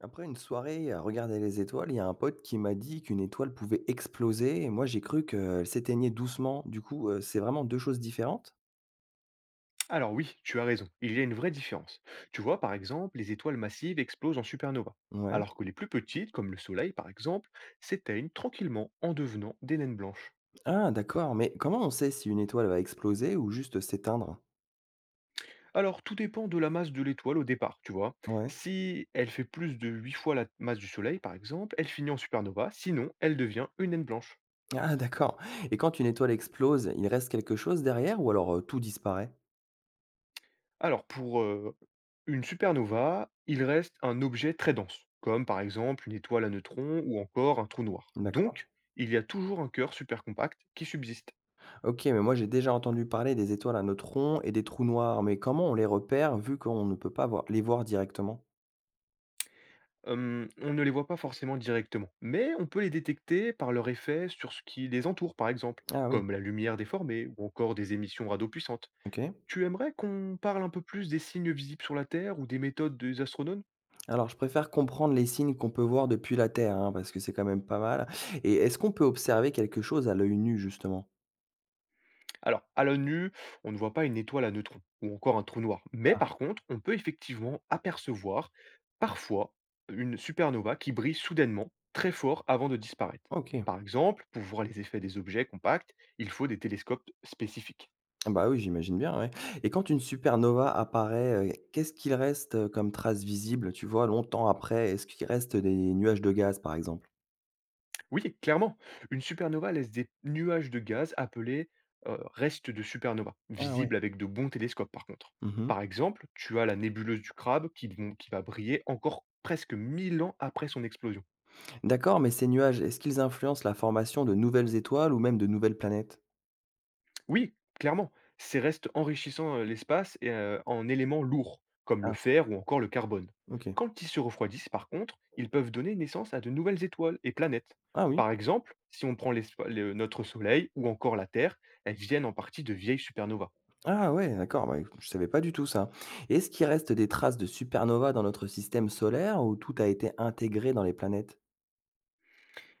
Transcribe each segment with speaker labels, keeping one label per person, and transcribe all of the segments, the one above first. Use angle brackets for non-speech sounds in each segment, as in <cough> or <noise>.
Speaker 1: Après une soirée à regarder les étoiles, il y a un pote qui m'a dit qu'une étoile pouvait exploser et moi j'ai cru qu'elle s'éteignait doucement. Du coup, c'est vraiment deux choses différentes?
Speaker 2: Alors oui, tu as raison, il y a une vraie différence. Tu vois, par exemple, les étoiles massives explosent en supernova,
Speaker 1: Ouais.
Speaker 2: alors que les plus petites, comme le Soleil par exemple, s'éteignent tranquillement en devenant des naines blanches.
Speaker 1: Ah, d'accord, mais comment on sait si une étoile va exploser ou juste s'éteindre?
Speaker 2: Alors tout dépend de la masse de l'étoile au départ, tu vois.
Speaker 1: Ouais.
Speaker 2: Si elle fait plus de 8 fois la masse du Soleil, par exemple, elle finit en supernova, sinon elle devient une naine blanche.
Speaker 1: Ah, d'accord. Et quand une étoile explose, il reste quelque chose derrière ou alors tout disparaît?
Speaker 2: Alors pour, une supernova, il reste un objet très dense, comme par exemple une étoile à neutrons ou encore un trou noir.
Speaker 1: D'accord.
Speaker 2: Donc, il y a toujours un cœur super compact qui subsiste.
Speaker 1: Ok, mais moi j'ai déjà entendu parler des étoiles à neutrons et des trous noirs, mais comment on les repère vu qu'on ne peut pas les voir directement?
Speaker 2: On ne les voit pas forcément directement, mais on peut les détecter par leur effet sur ce qui les entoure par exemple,
Speaker 1: Ah oui,
Speaker 2: comme la lumière déformée ou encore des émissions radio puissantes.
Speaker 1: ok.
Speaker 2: Tu aimerais qu'on parle un peu plus des signes visibles sur la Terre ou des méthodes des astronomes?
Speaker 1: Alors, je préfère comprendre les signes qu'on peut voir depuis la Terre, hein, parce que c'est quand même pas mal. Et est-ce qu'on peut observer quelque chose à l'œil nu, justement?
Speaker 2: Alors, à l'œil nu, on ne voit pas une étoile à neutrons ou encore un trou noir. Mais
Speaker 1: Ah,
Speaker 2: par contre, on peut effectivement apercevoir parfois une supernova qui brille soudainement très fort avant de disparaître.
Speaker 1: ok.
Speaker 2: Par exemple, pour voir les effets des objets compacts, il faut des télescopes spécifiques.
Speaker 1: Ah bah oui, j'imagine bien, ouais. Et quand une supernova apparaît, qu'est-ce qu'il reste comme trace visible, tu vois, longtemps après? Est-ce qu'il reste des nuages de gaz, par exemple?
Speaker 2: Oui, clairement, une supernova laisse des nuages de gaz appelés restes de supernova,
Speaker 1: Ah ouais.
Speaker 2: visibles avec de bons télescopes par contre.
Speaker 1: Mhm.
Speaker 2: Par exemple, tu as la nébuleuse du crabe qui va briller encore presque 1000 ans après son explosion.
Speaker 1: D'accord, mais ces nuages, est-ce qu'ils influencent la formation de nouvelles étoiles ou même de nouvelles planètes?
Speaker 2: Oui, clairement, ces restes enrichissant, l'espace et en éléments lourds, comme le
Speaker 1: Ah,
Speaker 2: fer ou encore le carbone.
Speaker 1: ok.
Speaker 2: Quand le tissu refroidissent, par contre, ils peuvent donner naissance à de nouvelles étoiles et planètes.
Speaker 1: Ah oui.
Speaker 2: Par exemple, si on prend l'espa le notre Soleil ou encore la Terre, elles viennent en partie de vieilles supernovas.
Speaker 1: Ah ouais, d'accord, bah, écoute, je savais pas du tout ça. Et est-ce qu'il reste des traces de supernova dans notre système solaire où tout a été intégré dans les planètes?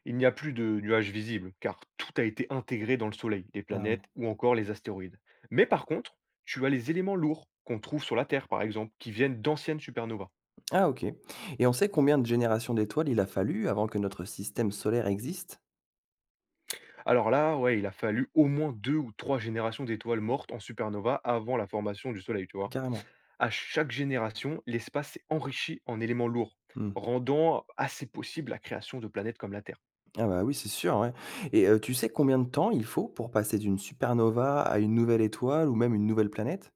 Speaker 2: Il n'y a plus de nuages visibles, car tout a été intégré dans le Soleil, les
Speaker 1: Ah,
Speaker 2: planètes ou encore les astéroïdes. Mais par contre, tu as les éléments lourds qu'on trouve sur la Terre, par exemple, qui viennent d'anciennes supernovas.
Speaker 1: ah, ok. Et on sait combien de générations d'étoiles il a fallu avant que notre système solaire existe?
Speaker 2: Alors là, ouais, il a fallu au moins 2 ou 3 générations d'étoiles mortes en supernova avant la formation du Soleil, tu vois?
Speaker 1: Carrément.
Speaker 2: À chaque génération, l'espace s'est enrichi en éléments lourds,
Speaker 1: Hmm.
Speaker 2: rendant assez possible la création de planètes comme la Terre.
Speaker 1: Ah bah oui, c'est sûr, ouais. Et tu sais combien de temps il faut pour passer d'une supernova à une nouvelle étoile ou même une nouvelle planète?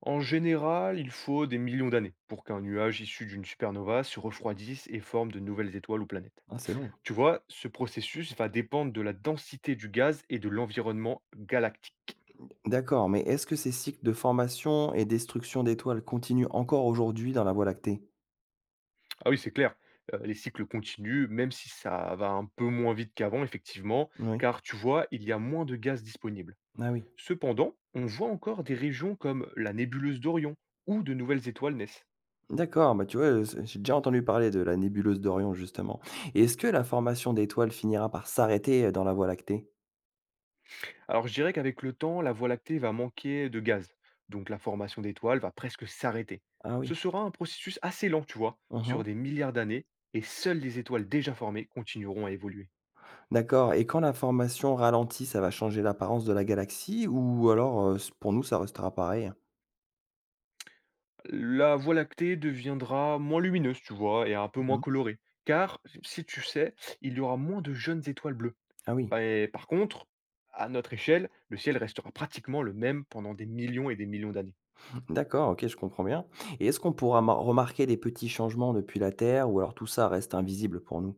Speaker 2: En général, il faut des millions d'années pour qu'un nuage issu d'une supernova se refroidisse et forme de nouvelles étoiles ou planètes.
Speaker 1: Ah, c'est long.
Speaker 2: Tu vois, ce processus va dépendre de la densité du gaz et de l'environnement galactique.
Speaker 1: D'accord, mais est-ce que ces cycles de formation et destruction d'étoiles continuent encore aujourd'hui dans la Voie lactée?
Speaker 2: Ah oui, c'est clair. Les cycles continuent, même si ça va un peu moins vite qu'avant, effectivement,
Speaker 1: Oui.
Speaker 2: car tu vois, il y a moins de gaz disponibles.
Speaker 1: Ah oui.
Speaker 2: Cependant, on voit encore des régions comme la nébuleuse d'Orion, où de nouvelles étoiles naissent.
Speaker 1: D'accord, bah, tu vois, c'est j'ai déjà entendu parler de la nébuleuse d'Orion justement et est-ce que la formation d'étoiles finira par s'arrêter, dans la Voie lactée?
Speaker 2: Alors je dirais qu'avec le temps, la Voie lactée va manquer de gaz, donc la formation d'étoiles va presque s'arrêter.
Speaker 1: Ah
Speaker 2: Ce
Speaker 1: oui.
Speaker 2: sera un processus assez lent, tu vois,
Speaker 1: Mmh.
Speaker 2: sur des milliards d'années, et seules les étoiles déjà formées continueront à évoluer.
Speaker 1: D'accord et quand la formation ralentit, ça va changer l'apparence de la galaxie ou alors, s pour nous, ça restera pareil?
Speaker 2: La Voie lactée deviendra moins lumineuse, tu vois, et un peu moins
Speaker 1: Mmh.
Speaker 2: colorée. Car, si tu sais, il y aura moins de jeunes étoiles bleues.
Speaker 1: Ah oui.
Speaker 2: Bah, et par contre, à notre échelle, le ciel restera pratiquement le même pendant des millions et des millions d'années.
Speaker 1: D'accord, OK, je comprends bien et est-ce qu'on pourra ma remarquer des petits changements depuis la Terre ou alors tout ça reste invisible pour nous?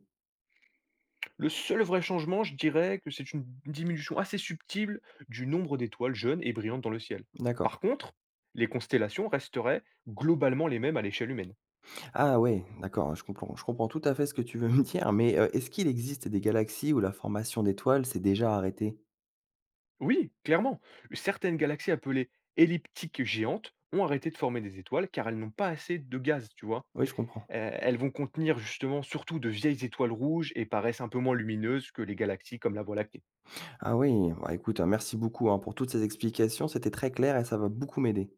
Speaker 2: Le seul vrai changement, je dirais que c'est une diminution assez subtile du nombre d'étoiles jeunes et brillantes dans le ciel.
Speaker 1: D'accord.
Speaker 2: Par contre, les constellations resteraient globalement les mêmes à l'échelle humaine.
Speaker 1: Ah ouais, d'accord, je comprends tout à fait ce que tu veux me <laughs> dire mais, est-ce qu'il existe des galaxies où la formation d'étoiles s'est déjà arrêtée?
Speaker 2: Oui, clairement. Certaines galaxies appelées elliptiques géantes ont arrêté de former des étoiles car elles n'ont pas assez de gaz, tu vois.
Speaker 1: Oui, je comprends.
Speaker 2: Elles vont contenir justement surtout de vieilles étoiles rouges et paraissent un peu moins lumineuses que les galaxies comme la Voie lactée.
Speaker 1: Ah oui, bah, écoute, hein, merci beaucoup, hein, pour toutes ces explications, c'était très clair et ça va beaucoup m'aider.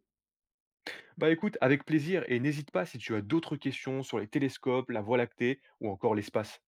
Speaker 2: Bah écoute, avec plaisir et n'hésite pas si tu as d'autres questions sur les télescopes, la Voie lactée ou encore l'espace.